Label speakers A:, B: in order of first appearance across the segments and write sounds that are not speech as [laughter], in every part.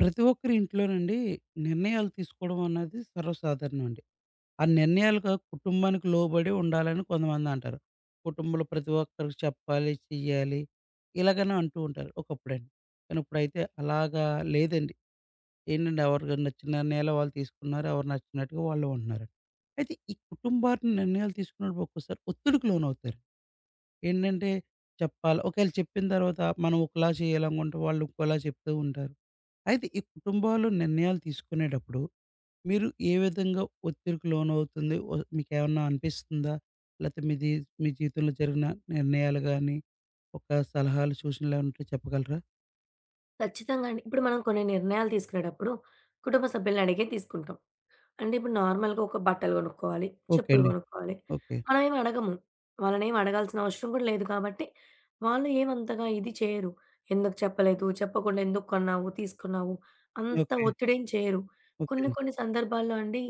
A: ప్రతి ఒక్కరి ఇంట్లోనండి నిర్ణయాలు తీసుకోవడం అన్నది సర్వసాధారణం అండి. ఆ నిర్ణయాలుగా కుటుంబానికి లోబడి ఉండాలని కొంతమంది అంటారు. కుటుంబంలో ప్రతి ఒక్కరికి చెప్పాలి, చెయ్యాలి ఇలాగని అంటూ ఉంటారు ఒకప్పుడండి. కానీ ఇప్పుడైతే అలాగా లేదండి. ఏంటంటే ఎవరికి నచ్చిన నిర్ణయాలు వాళ్ళు తీసుకున్నారు. ఎవరు నచ్చినట్టుగా వాళ్ళు ఉంటున్నారు. అయితే ఈ కుటుంబాన్ని నిర్ణయాలు తీసుకున్నప్పుడు ఒక్కోసారి ఒత్తిడికి లోనవుతారు. ఏంటంటే చెప్పాలి. ఒకవేళ చెప్పిన తర్వాత మనం ఒకలా చేయాలనుకుంటే వాళ్ళు ఇంకోలా చెప్తూ ఉంటారు. అయితే ఈ కుటుంబాలు నిర్ణయాలు తీసుకునేటప్పుడు మీరు ఏ విధంగా ఒత్తిడికి లోనవుతుంది? ఒ మీకేమన్నా అనిపిస్తుందా? లేతే మీది మీ జీవితంలో జరిగిన నిర్ణయాలు గాని, ఒక సలహాలు, సూచనలు ఏమన్నా ఉంటే చెప్పగలరా?
B: ఖచ్చితంగా అండి. ఇప్పుడు మనం కొన్ని నిర్ణయాలు తీసుకునేటప్పుడు కుటుంబ సభ్యుల్ని అడిగే తీసుకుంటాం. అంటే ఇప్పుడు నార్మల్‌గా ఒక బట్టలు కొనుక్కోవాలి,
A: ఓకే
B: చెప్పులు
A: అండి.
B: కొనుక్కోవాలి.
A: ఓకే.
B: మనమేమి అడగము. వాళ్ళనేమి అడగాల్సిన అవసరం కూడా లేదు కాబట్టి, వాళ్ళు ఏమంతగా ఇది చేయరు. ఎందుకు చెప్పలేదు, చెప్పకుండా ఎందుకు కొన్నావు, తీసుకున్నావు అంత
A: ఓకే.
B: ఒత్తిడేం చేయరు.
A: ఓకే
B: కొన్ని
A: అండి.
B: కొన్ని సందర్భాల్లో అండి,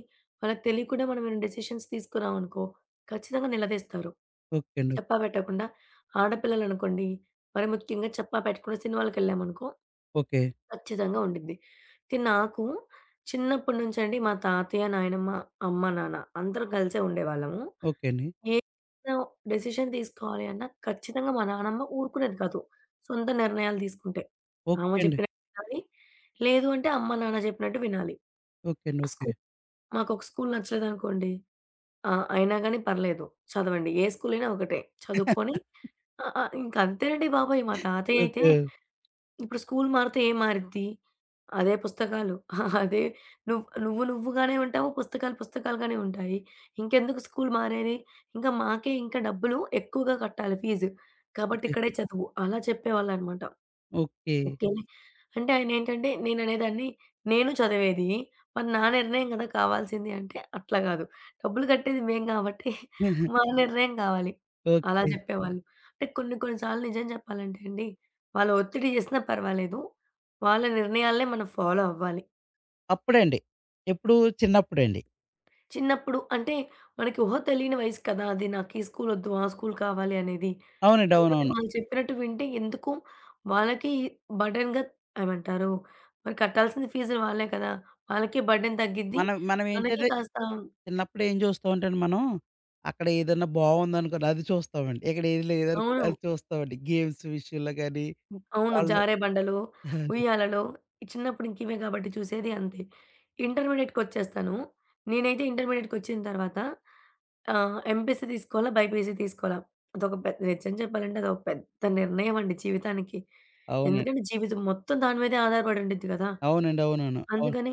B: వాళ్ళకి తెలియకుండా మనం ఏమైనా డెసిషన్స్ తీసుకున్నామనుకో, ఖచ్చితంగా నిలదీస్తారు.
A: ఓకే అండి.
B: చెప్పా
A: ఓకే.
B: పెట్టకుండా ఆడపిల్లలనుకోండి, మరి ముఖ్యంగా చెప్పా పెట్టకుండా సినిమాలకెళ్ళామనుకో,
A: ఓకే.
B: ఖచ్చితంగా ఉండిద్ది. అయితే నాకు చిన్నప్పటి నుంచండి మా తాతయ్య, నాయనమ్మ, అమ్మ, నాన్న అందరం కలిసే ఉండేవాళ్ళము.
A: ఓకే అండి.
B: ఏ చిన్న డెసిషన్ తీసుకోవాలి అన్నా ఖచ్చితంగా మా నానమ్మ ఊరుకునేది కాదు. సొంత నిర్ణయాలు తీసుకుంటే.
A: ఓకే
B: ఆమె
A: అండి.
B: చెప్పినట్టు వినాలి. లేదు అంటే అమ్మ, నాన్న చెప్పినట్టు వినాలి.
A: ఓకే అండి. ఓకే.
B: స్కూల్ మాకొక స్కూల్ నచ్చలేదనుకోండి. ఆ! అయినా గాని పర్లేదు. చదవండి. ఏ స్కూల్ అయినా ఒకటే. చదువుకొని
A: [laughs]
B: ఆ! ఆ! ఇంకంతేనండి బాబోయ్! మా తాతయ్య అయితే
A: ఓకే.
B: ఇప్పుడు స్కూల్ మారితే ఏం మారిద్ది? అదే పుస్తకాలు. [laughs] అదే నువ్వుగానే ఉంటావు. పుస్తకాలు పుస్తకాలుగానే ఉంటాయి. ఇంకెందుకు స్కూల్ మారేది? ఇంకా మాకే ఇంకా డబ్బులు ఎక్కువగా కట్టాలి ఫీజు. కాబట్టి
A: ఓకే.
B: ఇక్కడే చదువు. అలా చెప్పేవాళ్ళనమాట.
A: ఓకే.
B: ఓకేలే. అంటే ఆయనేంటంటే నేను అనేదాన్ని, నేను చదివేది. మరి నా నిర్ణయం గదా! కావాల్సింది అంటే, అట్లా గాదు. డబ్బులు కట్టేది మేము గాబట్టి, [laughs] మా
A: [laughs]
B: నిర్ణయం కావాలి. అలా
A: ఓకే.
B: జెప్పేవాళ్ళు. అంటే కొన్ని కొన్ని సార్లు నిజం జెప్పాలంటే అండి, వాళ్ళు ఒత్తిడి జేసినా పర్వాలేదు. వాళ్ళ నిర్ణయాలనే మనం ఫాలో అవ్వాలి.
A: అప్పుడండి. ఎప్పుడు చిన్నప్పుడండి.
B: చిన్నప్పుడు అంటే మనకి ఊహ తెలియని వయసు కదా! అది నాకు ఈ స్కూలొద్దు, ఆ స్కూల్ కావాలి అనేది.
A: అవునండి.
B: కాబట్టి
A: అవునవును.
B: వాళ్ళు చెప్పినట్టు వింటే ఎందుకు వాళ్ళకి బర్డెన్‌గా ఏమంటారు? మరి కట్టాల్సిన ఫీజులు వాళ్ళే కదా! వాళ్ళకి బర్డెన్ తగ్గిద్ది.
A: మనం మనం
B: మనకి
A: ఏంటంటే
B: కాస్త
A: చిన్నప్పుడు ఏం చూస్తామంటే అండి మనం, అక్కడ ఏదన్నా బావుందనుకోండి అది చూస్తామండి. ఇక్కడ ఏది లేదనుకోండి
B: అవును.
A: అది చూస్తామండి. గేమ్స్ విషయంలో గాని
B: అవును.
A: వాళ్ళు
B: జారే బండలు,
A: [laughs]
B: ఉయ్యాలలు చిన్నప్పుడు ఇంకివే కాబట్టి చూసేది అంతే. ఇంటర్మీడియేట్‌కొచ్చేస్తాను. నేనైతే ఇంటర్మీడియేట్‌కొచ్చిన తర్వాత ఎంపీసీ తీసుకోవాలా? బైపీసీ తీసుకోవాలా? అదొక పెద్ద నిజం చెప్పాలంటే అదొక పెద్ద నిర్ణయం అండి జీవితానికి.
A: అవునండి.
B: ఎందుకంటే జీవితం మొత్తం దాని మీదే ఆధారపడి ఉండిద్ది కదా!
A: అవునండి. అవునవును. అవును.
B: అందుకని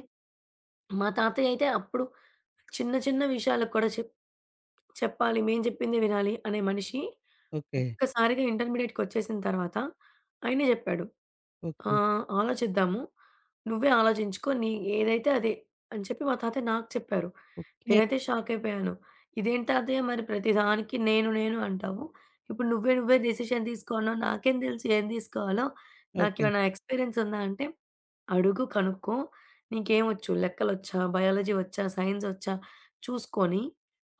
B: మా తాతయ్య అయితే అప్పుడు చిన్న చిన్న విషయాలకు కూడా చెప్పాలి. మేం చెప్పిందే వినాలి అనే మనిషి
A: ఓకే.
B: ఒక్కసారిగా ఇంటర్మీడియేట్‌కొచ్చేసిన తర్వాత ఆయనే చెప్పాడు. ఆ!
A: ఓకే.
B: ఆలోచిద్దాము. నువ్వే ఆలోచించుకో. నీ ఏదైతే అదే అని చెప్పి మా తాతయ్య నాకు చెప్పారు.
A: ఓకే.
B: నేనైతే షాక్ అయిపోయాను. ఇదేంటి తాతయ్య మరి ప్రతిదానికి నేను నేను అంటావు. ఇప్పుడు నువ్వే నువ్వే డెసిషన్ తీసుకో అన్నావు. నాకేం తెలుసు ఏం తీసుకోవాలో?
A: ఓకే.
B: నాకేమైనా ఎక్స్‌పీరియన్స్ ఉందా అంటే, అడుగు కనుక్కో. నీకేమొచ్చు? లెక్కలొచ్చా? బయాలజీ వచ్చా? సైన్స్ వచ్చా? చూసుకొని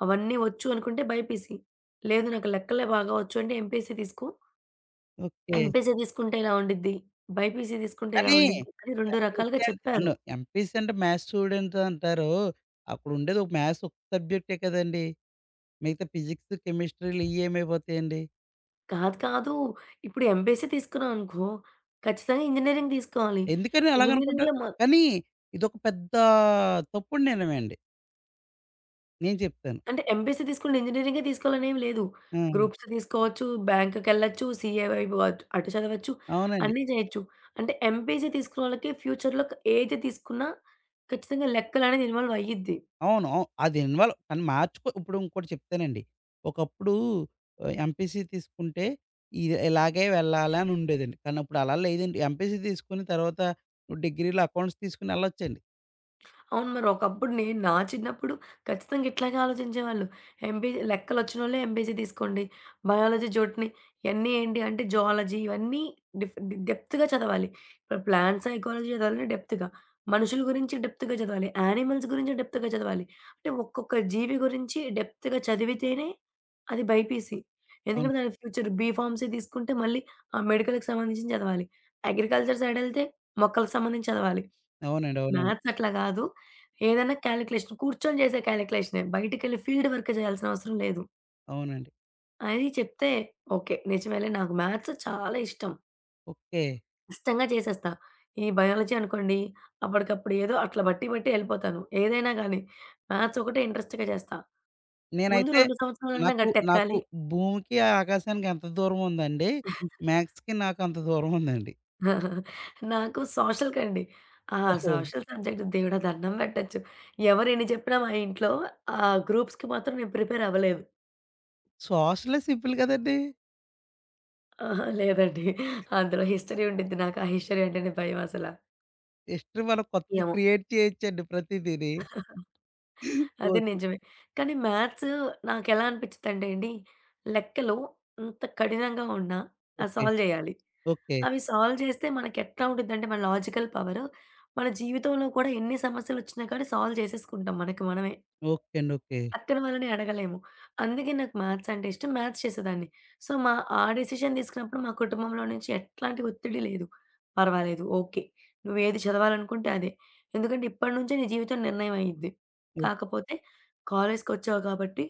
B: అవన్నీ వచ్చు అనుకుంటే బైపీసీ. లేదు నాకు లెక్కలే బాగా వచ్చు అంటే ఎంపీసీ తీసుకో.
A: ఓకే.
B: ఎంపీసీ తీసుకుంటే ఇలా ఉండిద్ది. బైపీసీ తీసుకుంటే ఇలా
A: కానీ
B: ఉండిద్ది. అని 2 రకాలుగా
A: ఎంపీసీ అన్
B: చెప్పారు.
A: అవును. ఎంపీసీ అంటే మ్యాథ్స్ స్టూడెంట్ అంటారు. అక్కడుండేది ఒక మ్యాథ్స్ ఒక సబ్జెక్టే కదండీ! మిగతా ఫిజిక్స్, కెమిస్ట్రీలు ఇయ్యేమైపోతాయండి?
B: కాదు కాదు. ఇప్పుడు ఎంపీసీ తీసుకున్నాం అనుకో, ఖచ్చితంగా ఇంజినీరింగ్ తీసుకోవాలి.
A: ఎందుకని
B: ఇంజినీరింగ్‌లో
A: అలాగనుకుంటారు?
B: మ
A: కానీ ఇదొక పెద్ద తప్పుడు నిర్ణయం అండి. నేను చెప్తాను.
B: అంటే ఎంపీసీ తీసుకుంటే ఇంజినీరింగే తీసుకోవాలని ఏమి లేదు.
A: ఆ!
B: గ్రూప్స్ తీసుకోవచ్చు, బ్యాంక్‌కెళ్ళొచ్చు, సీఏ వైపు అటు అటు చదవచ్చు,
A: అవునండి.
B: అన్నీ చేయొచ్చు. అంటే ఎంపీసీ తీసుకున్న వాళ్ళకి ఫ్యూచర్‌లో ఏది తీసుకున్నా ఖచ్చితంగా లెక్కలనేది ఇన్వాల్వ్ అయ్యిద్ది.
A: అవును. అవు అది ఇన్వాల్వ్ కానీ మార్చుకో ఇప్పుడు ఇంకోటి చెప్తానండి. ఒకప్పుడు ఆహ్, ఎంపీసీ తీసుకుంటే ఇది ఇలాగే వెళ్ళాలి అని ఉండేదండి. కానీ ఇప్పుడు అలా లేదండి. ఎంపీసీ తీసుకుని తర్వాత నువ్వు డిగ్రీలో అకౌంట్స్ తీసుకొని ఎళ్ళొచ్చండి.
B: అవును. మరి ఒకప్పుడు నేను నా చిన్నప్పుడు ఖచ్చితంగా ఇట్లాగే ఆలోచించేవాళ్ళు. ఎంపీసీ లెక్కలొచ్చినోళ్ళే ఎంపీసీ తీసుకోండి. బయాలజీ, జూట్‌ని ఇయన్నీ ఏంటి అంటే జువాలజీ ఇవన్నీ డిఫ్ డెప్త్‌గా చదవాలి. ఇప్పుడు ప్లాంట్ సైకాలజీ చదవాలంటే డెప్త్‌గా. మనుషుల గురించి డెప్త్‌గా చదవాలి. యానిమల్స్ గురించి డెప్త్‌గా చదవాలి. అంటే ఒక్కొక్క జీవి గురించి డెప్త్‌గా చదివితేనే అది బైపీసీ.
A: అవును.
B: ఎందుకంటే దాని ఫ్యూచర్ బీఫార్మసీ తీసుకుంటే మళ్ళీ ఆ మెడికల్‌కి సంబంధించింది చదవాలి. అగ్రికల్చర్ సైడ్ ఎళ్తే మొక్కలకు సంబంధించి చదవాలి.
A: అవునండి. అవునవును.
B: మ్యాథ్స్ అట్లా గాదు. ఏదైనా కాలిక్యులేషన్ కూర్చొని జేసే కాలిక్యులేషనే. బయటికెళ్ళి ఫీల్డ్ వర్క్ జేయాల్సిన అవసరం లేదు.
A: అవునండి.
B: అది చెప్తే ఓకే. నిజమేలే నాకు మ్యాథ్స్ చాలా ఇష్టం.
A: ఓకే.
B: ఇష్టంగా చేసేస్తా. ఈ బయాలజీ అనుకోండి అప్పటికప్పుడు ఏదో అట్లా బట్టి బట్టి ఎళ్ళిపోతాను. ఏదైనా గానీ మ్యాథ్స్ ఒకటే ఇంట్రెస్ట్‌గా జేస్తా. ముందు
A: నేనైతే
B: 2 సంవత్సరాలన్నా
A: నాకు
B: గట్టెక్కాలి.
A: భూమికి, ఆకాశానికి ఎంత దూరం ఉందండి,
B: [laughs]
A: మ్యాథ్స్‌కి నాకు అంత దూరం ఉందండి.
B: నాకు సోషల్‌కండి. ఆ!
A: ఓహో!
B: సోషల్ సబ్జెక్ట్ దేవుడా! దండం పెట్టొచ్చు. ఎవరెన్ని జెప్పినా మా ఇంట్లో ఆ గ్రూప్స్‌కి మాత్రం నేను ప్రిపేర్ అవ్వలేదు.
A: సాసులే సింపుల్ కదండీ.
B: అహా! లేదండి. అందులో హిస్టరీ ఉండిద్ది. నాకు ఆ హిస్టరీ అంటేనే భయం అసల.
A: జస్ట్ మనం కొత్తగా
B: ఏమో!
A: క్రియేట్ చేయొచ్చండి ప్రతీదీని.
B: అది
A: ఓకే.
B: నిజమే. కానీ మ్యాథ్స్ నాకెలా అనిపిచ్చిదంటే అండి, లెక్కలు ఎంత కఠినంగా ఉన్నా ఆ
A: ఓకే.
B: సాల్వ్ జేయాలి.
A: ఓకే.
B: అవి సాల్వ్ చేస్తే మనకెట్లా ఉండిద్దంటే మన లాజికల్ పవరు, మన జీవితంలో కూడా ఎన్ని సమస్యలొచ్చినా కానీ సాల్వ్ చేసేసుకుంటాం మనకి మనమే.
A: ఓకే అండి. ఓకే.
B: అత్తల వాళ్ళని అడగలేము. అందుకే నాకు మ్యాథ్స్ అంటే ఇష్టం. మ్యాథ్స్ చేసేదాన్ని. సో, మా ఆ డెసిషన్ తీసుకున్నప్పుడు మా కుటుంబంలో నుంచి ఎట్లాంటి ఒత్తిడి లేదు. పర్వాలేదు. ఓకే. నువ్వేది చదవాలనుకుంటే అదే. ఎందుకంటే ఇప్పటి నుంచే నీ జీవితం నిర్ణయం అయ్యిద్ది.
A: ఓక్
B: కాకపోతే కాలేజ్‌కొచ్చావు కాబట్టి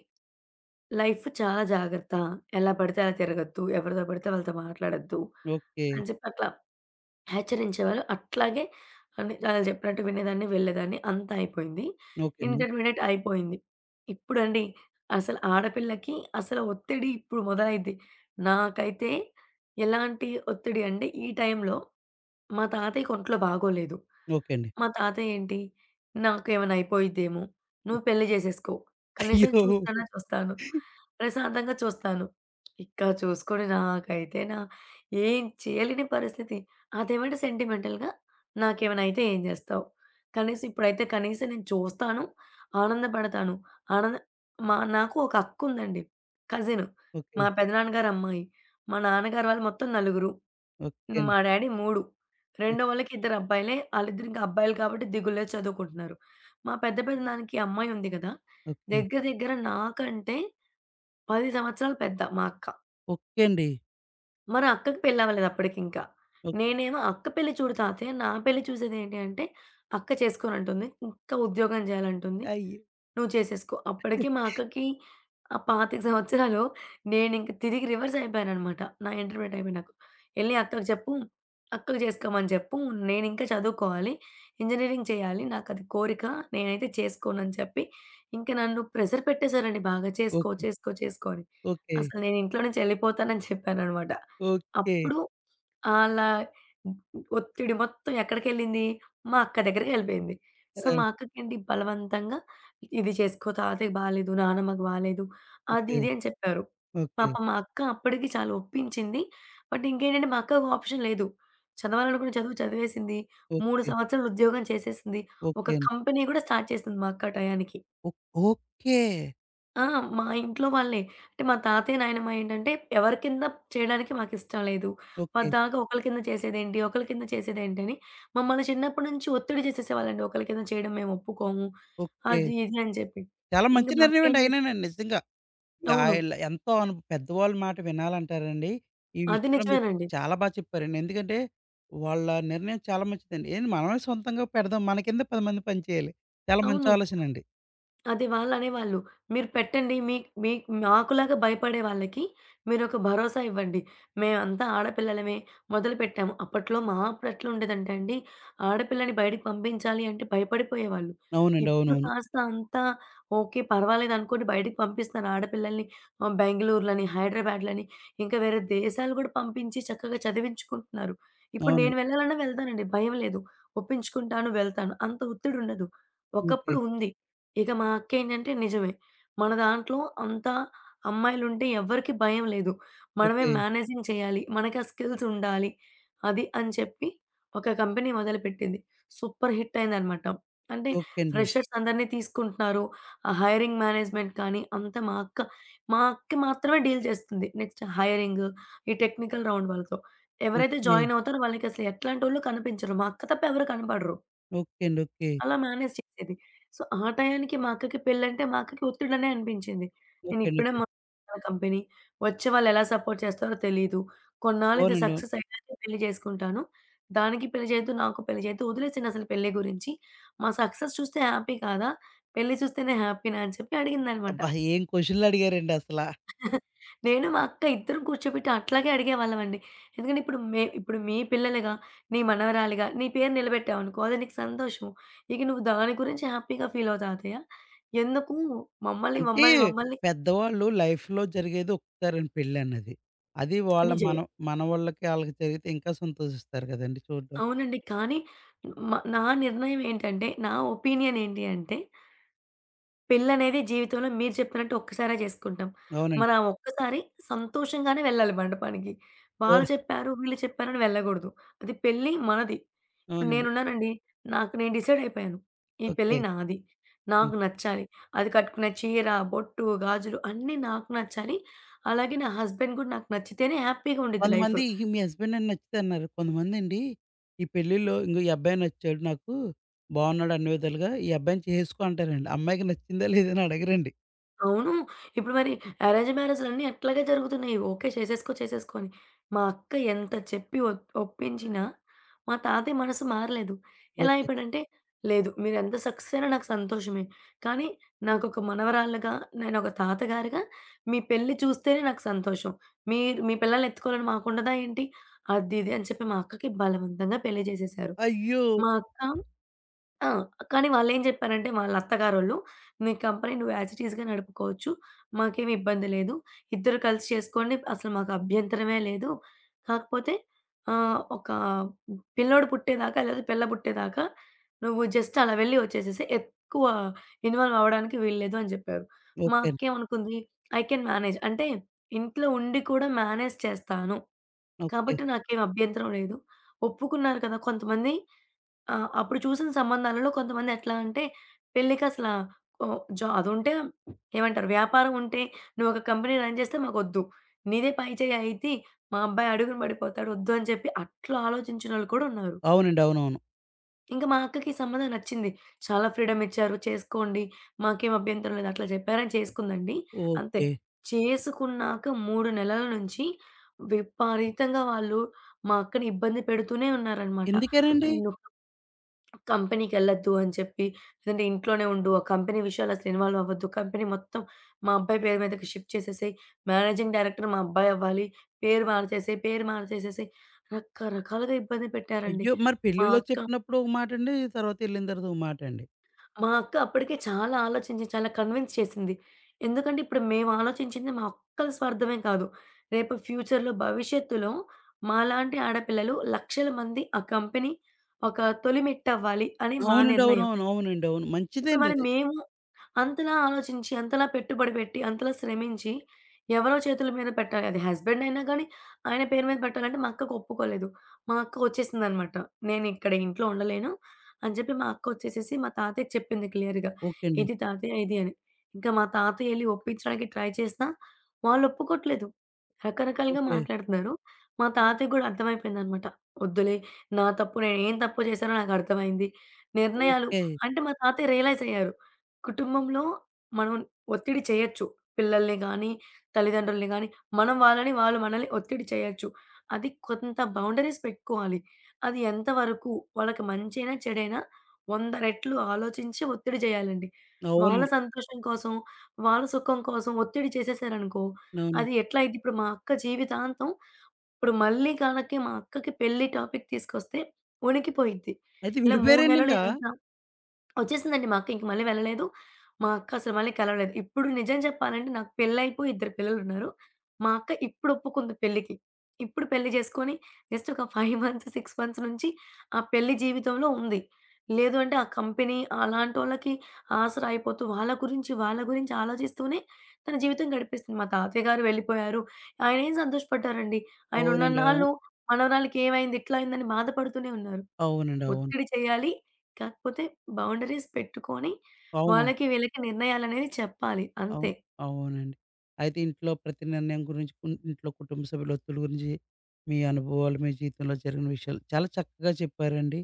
B: లైఫ్ చాలా జాగ్రత్త. ఎలా పడితే అలా తిరగొద్దు. ఎవరితో పడితే వాళ్ళతో మాట్లాడొద్దు
A: ఓకే.
B: అని చెప్పి అట్లా హెచ్చరించేవారు. అట్లాగే అని ఆళ్ళు చెప్పినట్టు వినేదాన్ని, వెళ్ళేదాన్ని. అంతా అయిపోయింది.
A: ఓకే అండి.
B: ఇంటర్మీడియేట్ అయిపోయింది. ఇప్పుడండి అసలు ఆడపిల్లకి అసలు ఒత్తిడి ఇప్పుడు మొదలైద్ది. నాకైతే ఎలాంటి ఒత్తిడి అంటే ఈ టైంలో మా తాతయ్యకి ఒంట్లో బాగోలేదు.
A: ఓకే అండి.
B: మా తాతయ్య ఏంటి, "నాకేమైనా అయిపోయిద్దేమో, నువ్వు పెళ్లి చేసేసుకో. కనీసం
A: అయ్యో!
B: చూసినన్నా చూస్తాను. ప్రశాంతంగా చూస్తాను." ఇక చూసుకొని నాకైతే నా ఏం చేయలేని పరిస్థితి. అదేమంటే సెంటిమెంటల్‌గా నాకేమైనా అయితే ఏం జేస్తావు? కనీసం ఇప్పుడైతే కనీసం నేను చూస్తాను, ఆనందపడతాను. ఆనంద మా నాకు ఒక అక్కుందండి. కజిన్.
A: ఓకే.
B: మా పెదనాన్నగారు అమ్మాయి. మా నాన్నగారు వాళ్ళు మొత్తం నలుగురు.
A: ఓకే అండి.
B: మా డ్యాడీ 3.
A: ఓక్
B: రెండో వాళ్ళకి ఇద్దరు అబ్బాయిలే. ఆళ్ళిద్దరు ఇంకా అబ్బాయిలు కాబట్టి దిగుల్లే చదువుకుంటున్నారు. మా పెద్ద పెదనాన్నకి అమ్మాయి ఉంది గదా!
A: ఓకే.
B: దగ్గర దగ్గర నాకంటే 10 సంవత్సరాలు పెద్ద మా అక్క.
A: ఓకే అండి.
B: మన అక్కకి పెళ్ళవ్వలేదు అప్పటికింకా.
A: ఓకే.
B: నేనేమో అక్క పెళ్లి చూడు తాతయ్య, నా పెళ్లి చూసేదేంటి అంటే, అక్క చేసుకోనంటుంది. ఇంకా ఉద్యోగం జేయాలంటుంది.
A: అయ్యో!
B: నువ్వు చేసేసుకో. అప్పటికి మా అక్కకి ఆ 25 సంవత్సరాలు నేనింక తిరిగి రివర్స్ అయిపోయాననమాట. నా ఇంటర్మీడియేట్ అయిపోయినాక. "ఎళ్లి అక్కకి చెప్పు, అక్కకి చేసుకోమని చెప్పు. నేనింకా చదువుకోవాలి, ఇంజినీరింగ్ చేయాలి. నాకది కోరిక. నేనైతే చేసుకోనని" చెప్పి ఇంక నన్ను ప్రెషర్ పెట్టేశారండి బాగా. "చేసుకో,
A: ఓకే.
B: చేసుకో, చేసుకో" అని.
A: ఓకే.
B: అసలు నేను ఇంట్లో నుంచి ఎళ్ళిపోతానని చెప్పాననమాట.
A: ఓకే.
B: అప్పుడు ఆళ్ళ ఒత్తిడి మొత్తం ఎక్కడికెళ్ళింది? మా అక్క దగ్గరికెళ్ళిపోయింది. సో,
A: ఆ!
B: మా అక్కకేంటి బలవంతంగా ఇది చేసుకో తాతయ్యకి బాలేదు. నానమ్మకి బాలేదు. అది
A: ఓకే.
B: ఇది అని చెప్పారు.
A: ఓకే.
B: పాపం మా అక్క అప్పటికి చాలా ఒప్పించింది. బట్ ఇంకేంటంటే మా అక్కకి ఆప్షన్ లేదు. చదవాలనుకున్న చదువు చదివేసింది. 3
A: ఓకే.
B: సంవత్సరాలు ఉద్యోగం చేసేసింది. ఒక
A: ఓకే అండి.
B: కంపెనీ కూడా స్టార్ట్ చేసింది మా అక్క ఆ టయానికి.
A: ఓక్ ఓకే.
B: ఆ! మా ఇంట్లో వాళ్ళే. అంటే మా తాతయ్య, నాయనమ్మ ఏంటంటే ఎవరి కింద చేయడానికి మాకిష్టం లేదు.
A: ఓకే.
B: పద్దాకా ఒకళ్ళ కింద చేసేదేంటి? ఒకళ్ళ కింద చేసేదేంటి? అని మమ్మల్ని చిన్నప్పటి నుంచి ఒత్తిడి చేసేసేవాళ్ళండి. ఒకళ్ళ కింద చేయడం మేము ఒప్పుకోము.
A: ఓకే.
B: అది ఇది అని చెప్పి.
A: చాలా
B: ఇంక
A: మంచి
B: మా అక్కేం
A: నిర్ణయమండి
B: చేసింది
A: అయినానండి నిజంగా.
B: అవును.
A: ఆయిల్ ఎంతో అను పెద్దవాళ్ళ మాట వినాలంటారండి. ఈ
B: అది
A: విషయంలో మీరు
B: నిజమేనండి.
A: చాలా బా చెప్పారండి. ఎందుకంటే, వాళ్ళ నిర్ణయం చాలా మంచిదండి. ఏంది మనమే సొంతంగా పెడదాం. మన కింద 10 మంది పని చేయాలి. చాలా మంచి
B: అవును.
A: ఆలోచనండి.
B: అదే వాళ్ళనేవాళ్ళు. మీరు పెట్టండి. మీక్ మీక్ మాకులాగా భయపడే వాళ్ళకి మీరొక భరోసా ఇవ్వండి. మేమంతా ఆడపిల్లలమే మొదలుపెట్టాము. అప్పట్లో మా అప్పుడు ఎట్లుండేదంటే అండి, ఆడపిల్లని బయటికి పంపించాలి అంటే భయపడిపోయేవాళ్ళు.
A: అవునండి.
B: ఇప్పుడు
A: అవునవును.
B: కాస్త అంతా ఓకే. పర్వాలేదనుకోని బయటికి పంపిస్తున్నారు ఆడపిల్లల్ని బెంగుళూరులని, హైదరాబాద్‌లని ఇంకా వేరే దేశాలు కూడా పంపించి చక్కగా చదివించుకుంటున్నారు. ఇప్పుడు నేను
A: అవునండి.
B: వెళ్ళాలన్నా వెళ్తానండి. భయం లేదు. ఒప్పించుకుంటాను, వెళ్తాను. అంత ఒత్తిడుండదు. ఒకప్పుడు
A: ఓకే.
B: ఉంది. ఇక మా అక్కేంటంటే నిజమే. మన దాంట్లో అంతా అమ్మాయిలుంటే ఎవ్వరికీ భయం లేదు. మనమే
A: ఓకే.
B: మేనేజింగ్ చేయాలి. మనకి ఆ స్కిల్స్ ఉండాలి. అది అని చెప్పి ఒక కంపెనీ మొదలుపెట్టింది. సూపర్ హిట్ అయిందనమాట. అంటే
A: ఓకే అండి.
B: ఫ్రెషర్స్ అందరిని తీసుకుంటున్నారు. ఆ హైరింగ్ మేనేజ్మెంట్ కానీ అంతా మా అక్క మాత్రమే డీల్ చేస్తుంది. నెక్స్ట్ హైరింగ్, ఈ టెక్నికల్ రౌండ్ వాళ్ళతో. ఎవరైతే
A: ఓకే.
B: జాయిన్ అవుతారో వాళ్ళకసలు ఎట్లాంటోళ్ళు కనిపించరు. మా అక్క తప్ప ఎవరు కనపడరు.
A: ఓకే అండి. ఓకే.
B: అలా మేనేజ్ చేసేది. సో, ఆ టయానికి మా అక్కకి పెళ్ళంటే మా అక్కకి ఒత్తిడనే అనిపించింది.
A: ఓకే అండి.
B: నేనిప్పుడే
A: ఓకే.
B: మొదలుపెట్టాను కంపెనీ. వచ్చే వాళ్ళెలా సపోర్ట్ చేస్తారో తెలీదు. కొన్నాళ్ళు ఇది
A: అవునండి. అవును.
B: సక్సెస్ అయ్యాకే పెళ్లి చేసుకుంటాను. దానికి పెళ్లి చేయొద్దు, నాకు పెళ్లి చేయొద్దు. వదిలేసేయండి అసలు పెళ్లి గురించి. మా సక్సెస్ చూస్తే హ్యాపీ కాదా? పెళ్లి చూస్తేనే హ్యాపీనా అని చెప్పి అడిగిందనమాట.
A: అబ్బా! ఏం క్వెషన్‌లు అడిగారండి అసలా.
B: నేను, మా అక్క ఇద్దరం కూర్చోబెట్టి అట్లాగే అడిగేవాళ్ళమండి. ఎందుకంటే ఇప్పుడు మీ పిల్లలుగా, నీ మనవరాలిగా నీ పేరు నిలబెట్టావనుకో అది నీకు సంతోషం. ఇక నువ్వు దాని గురించి హ్యాపీగా ఫీల్ అవుతావు అత్తయ్య. ఎందుకు
A: అంటే
B: మమ్మల్ని
A: పెద్దవాళ్ళు లైఫ్‌లో జరిగేది ఒక్కసారండి పెళ్ళన్నది. అది వాళ్ళ
B: నిజమే.
A: మన మనవళ్ళకి ఆళ్ళకి జరిగితే ఇంకా సంతోషిస్తారు కదండీ చూడ్డానికి.
B: అవునండి. కానీ నా నిర్ణయం ఏంటంటే, నా ఒపీనియన్ ఏంటి అంటే, పెళ్లనేది జీవితంలో మీరు చెప్పినట్టు ఒక్కసారే చేసుకుంటాం. మరి
A: అవునండి.
B: ఆ ఒక్కసారి సంతోషంగానే వెళ్ళాలి మండపానికి. వాళ్ళు
A: ఓర్
B: చెప్పారు, వీళ్ళు చెప్పారని వెళ్ళగూడదు. అది పెళ్లి మనది. ఇప్పుడు
A: అవునండి.
B: నేనున్నానండి. నాకు నేను డిసైడ్ అయిపోయాను. ఈ పెళ్లి
A: ఓకే.
B: నాది.
A: హ్మ్.
B: నాకు నచ్చాలి. అది కట్టుకునే చీర, బొట్టు, గాజులు అన్నీ నాకు నచ్చాలి. అలాగే నా హస్బెండ్ కూడా నాకు నచ్చితేనే హ్యాపీగా ఉండిద్ది లైఫ్.
A: కొంతమంది మీ హస్బెండ్ నాకు నచ్చుతారన్నారు. కొంతమందండి ఈ పెళ్ళిలో ఇంగో ఈ అబ్బాయి నచ్చాడు నాకు. బావున్నాడు అన్ని విధాలుగా. ఈ అబ్బాయిని చేసుకో అంటారండి. అమ్మాయికి నచ్చిందా లేదా అని అడగరండి.
B: అవును. ఇప్పుడు మరి అరేంజ్ మ్యారేజ్‌లన్నీ అట్లాగే జరుగుతున్నాయి. ఓకే. చేసేసుకో, చేసేసుకో అని. మా అక్క ఎంత చెప్పి ఒప్పించినా మా తాతయ్య మనసు మారలేదు. ఎలా
A: ఓకే.
B: అయిపోయాడంటే, లేదు మీరెంత సక్సెస్ అయినా నాకు సంతోషమే. కానీ నాకొక మనవరాలుగా, నేనొక తాతగారుగా మీ పెళ్లి చూస్తేనే నాకు సంతోషం. మీరు మీ పిల్లల్ని ఎత్తుకోవాలని మాకుండదా ఏంటి? అది ఇది అని చెప్పి మా అక్కకి బలవంతంగా పెళ్లి చేసేసారు.
A: అయ్యో!
B: మా అక్క ఆ! కానీ వాళ్ళేం జెప్పారంటే, వాళ్ళ అత్తగారోళ్ళు, "మీ కంపెనీ నువ్వు యాజ్ ఇట్ ఈజ్‌గా నడుపుకోవచ్చు. మాకేమి ఇబ్బంది లేదు. ఇద్దరు కలిసి చేసుకోండి. అసలు మాకు అభ్యంతరమే లేదు. కాకపోతే ఒక పిల్లోడు పుట్టేదాకా లేదా పిల్ల పుట్టేదాకా నువ్వు జస్ట్ అలా వెళ్లి వచ్చేసేసేయి. ఎక్కువ ఇన్వాల్వ్ అవ్వడానికి వీల్లేదు" అని జెప్పారు. మా
A: ఓకే అండి.
B: అక్కేమనుకుంది, "ఐ కెన్ మేనేజ్" అంటే ఇంట్లో ఉండి కూడా మేనేజ్ చేస్తాను.
A: ఓకే.
B: కాబట్టి నాకేం అభ్యంతరం లేదు. ఒప్పుకున్నారు కదా! కొంతమంది ఆ! అప్పుడు చూసిన సంబంధాలలో కొంతమంది ఎట్లా అంటే పెళ్ళికసల ఓహ్! జా అదుంటే ఏమంటారు వ్యాపారం ఉంటే నువ్వు ఒక కంపెనీ రన్ చేస్తే మాకొద్దు. నీదే పై చేయి అయిద్ది. మా అబ్బాయి అడుగున పడిపోతాడు వద్దు అని చెప్పి అట్లా ఆలోచించినోళ్ళు కూడా ఉన్నారు.
A: అవునండి. అవునవును.
B: ఇంక మా అక్కకి ఈ సంబంధం నచ్చింది. చాలా ఫ్రీడమ్ ఇచ్చారు చేసుకోండి. మాకేం అభ్యంతరం లేదు అట్లా చెప్పారని చేసుకుందండి. అంతే.
A: ఓకే.
B: చేసుకున్నాక 3 నెలల నుంచి విపరీతంగా వాళ్ళు మా అక్కని ఇబ్బంది పెడుతూనే ఉన్నారనమాట.
A: ఎందుకేనండి?
B: నువ్వు కంపెనీకెళ్ళొద్దు అని చెప్పి, లేదంటే ఇంట్లోనే ఉండు. ఆ కంపెనీ విషయాలు అసలు ఇన్వాల్వ్ అవ్వద్దు. కంపెనీ మొత్తం మా అబ్బాయి పేరు మీదకి షిఫ్ట్ చేసేసేయి. మేనేజింగ్ డైరెక్టర్ మా అబ్బాయి అవ్వాలి. పేరు మార్చేసేసేయి. రకరకాలుగా ఇబ్బంది పెట్టారండి.
A: అయ్యో! మరి
B: మా
A: పెళ్ళిలో
B: అక్క
A: చెప్పినప్పుడు ఒక మాటండి. తర్వాత ఎళ్ళిన తర్వాత ఒక మాటండి.
B: మా అక్క అప్పటికే చాలా ఆలోచించి చాలా కన్విన్స్ చేసింది. ఎందుకంటే ఇప్పుడు మేము ఆలోచించింది మా ఒక్కళ్ళ స్వార్థమే కాదు. రేపు భవిష్యత్తులో మాలాంటి ఆడపిల్లలు లక్షల మంది ఆ కంపెనీ ఒక తొలిమెట్టవ్వాలి అని మా
A: అవునండి.
B: నిర్ణయం.
A: అవునవును. అవునండి. అవును.
B: ఇప్పుడు
A: మంచిదండి
B: మరి
A: అది.
B: మేము అంతలా ఆలోచించి, అంతలా పెట్టుబడి పెట్టి, అంతలా శ్రమించి, ఎవరో చేతుల మీద పెట్టాలి. అది హస్బెండ్ అయినా గానీ, ఆయన పేరు మీద పెట్టాలంటే మా అక్కకు ఒప్పుకోలేదు. మా అక్క వచ్చేసిందనమాట. నేనిక్కడ ఇంట్లో ఉండలేను అని చెప్పి మా అక్క వచ్చేసేసి మా తాతయ్యకి చెప్పింది క్లియర్‌గా.
A: ఓకే అండి.
B: ఇది తాతయ్య ఇది అని. ఇంకా మా తాతయ్య ఎళ్లి ఒప్పించడానికి ట్రై చేసినా వాళ్ళు ఒప్పుకోట్లేదు. రకరకాలుగా
A: ఓకే.
B: మాట్లాడుతున్నారు. మా తాతయ్యకి గూడా అర్థమైపోయిందనమాట. వద్దులే నా తప్పు నేనేం తప్పు చేశానో నాకర్థమైంది. నిర్ణయాలు
A: ఓకే.
B: అంటే మా తాతయ్య రియలైజ్ అయ్యారు. కుటుంబంలో మనం ఒత్తిడి చేయొచ్చు. పిల్లల్ని గానీ, తల్లిదండ్రుల్ని గానీ, మనం వాళ్ళని, వాళ్ళు మనల్ని ఒత్తిడి చేయొచ్చు. అది కొంత బౌండరీస్ పెట్టుకోవాలి. అది ఎంత వరకు వాళ్ళకి మంచైనా, చెడైనా 100 రెట్లు ఆలోచించి ఒత్తిడి చేయాలండి. వాళ్ళ
A: అవునండి.
B: సంతోషం కోసం, వాళ్ళ సుఖం కోసం ఒత్తిడి చేసేసారనుకో,
A: అవునండి.
B: అది ఎట్లా అయిద్ది ఇప్పుడు మా అక్క జీవితాంతం ఇప్పుడు మళ్ళీ గనక మా అక్కకి పెళ్లి టాపిక్ తీసుకొస్తే వణికిపోయిద్ది.
A: అయితే
B: ఇలా 3
A: విడిపోయారండి
B: నెలలు
A: ఇంకా?
B: ఎంత వచ్చేసిందండి మా అక్క. ఇంక మళ్ళీ వెళ్ళలేదు. మా అక్క అసలు మళ్ళీ కలవలేదు. ఇప్పుడు నిజం చెప్పాలంటే నాకు పెళ్లయిపోయి ఇద్దరు పిల్లలున్నారు. మా అక్క ఇప్పుడు ఒప్పుకుంది పెళ్ళికి. ఇప్పుడు పెళ్లి చేసుకొని జస్ట్ ఒక 5 మంత్స్, 6 మంత్స్ నుంచి ఆ పెళ్లి జీవితంలో ఉంది. లేదు అంటే ఆ కంపెనీ అలాంటోళ్ళకి ఆసరా అయిపోతూ వాళ్ళ గురించి ఆలోచిస్తూనే తన జీవితం గడిపేస్తుంది. మా తాతయ్య గారు వెళ్ళిపోయారు. ఆయనేం సంతోషపడ్డారండి. ఆయన
A: అవునండి. అవు
B: ఉన్నన్నాళ్ళు మనవరాలికి ఏమైంది, ఇట్లా అయిందని బాధపడుతూనే ఉన్నారు.
A: అవునండి. అవును.
B: ఒత్తిడి చేయాలి. కాకపోతే బౌండరీస్ పెట్టుకొని,
A: అవునండి.
B: వాళ్ళకి వీళ్ళకి నిర్ణయాలనేవి చెప్పాలి అంతే.
A: అవును. అవునండి. అయితే ఇంట్లో ప్రతి నిర్ణయం గురించి కున్ ఇంట్లో కుటుంబ సభ్యుల ఒత్తిడి గురించి మీ అనుభవాలు, మీ జీవితంలో జరిగిన విషయాలు చాలా చక్కగా చెప్పారండి.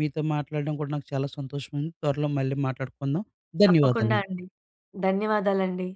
A: మీతో మాట్లాడడం కూడా నాకు చాలా సంతోషం ఉంది. త్వరలో మళ్ళీ మాట్లాడుకుందాం.
B: తప్పకుండా
A: ధన్యవాదాలండి.
B: అండి. ధన్యవాదాలండి.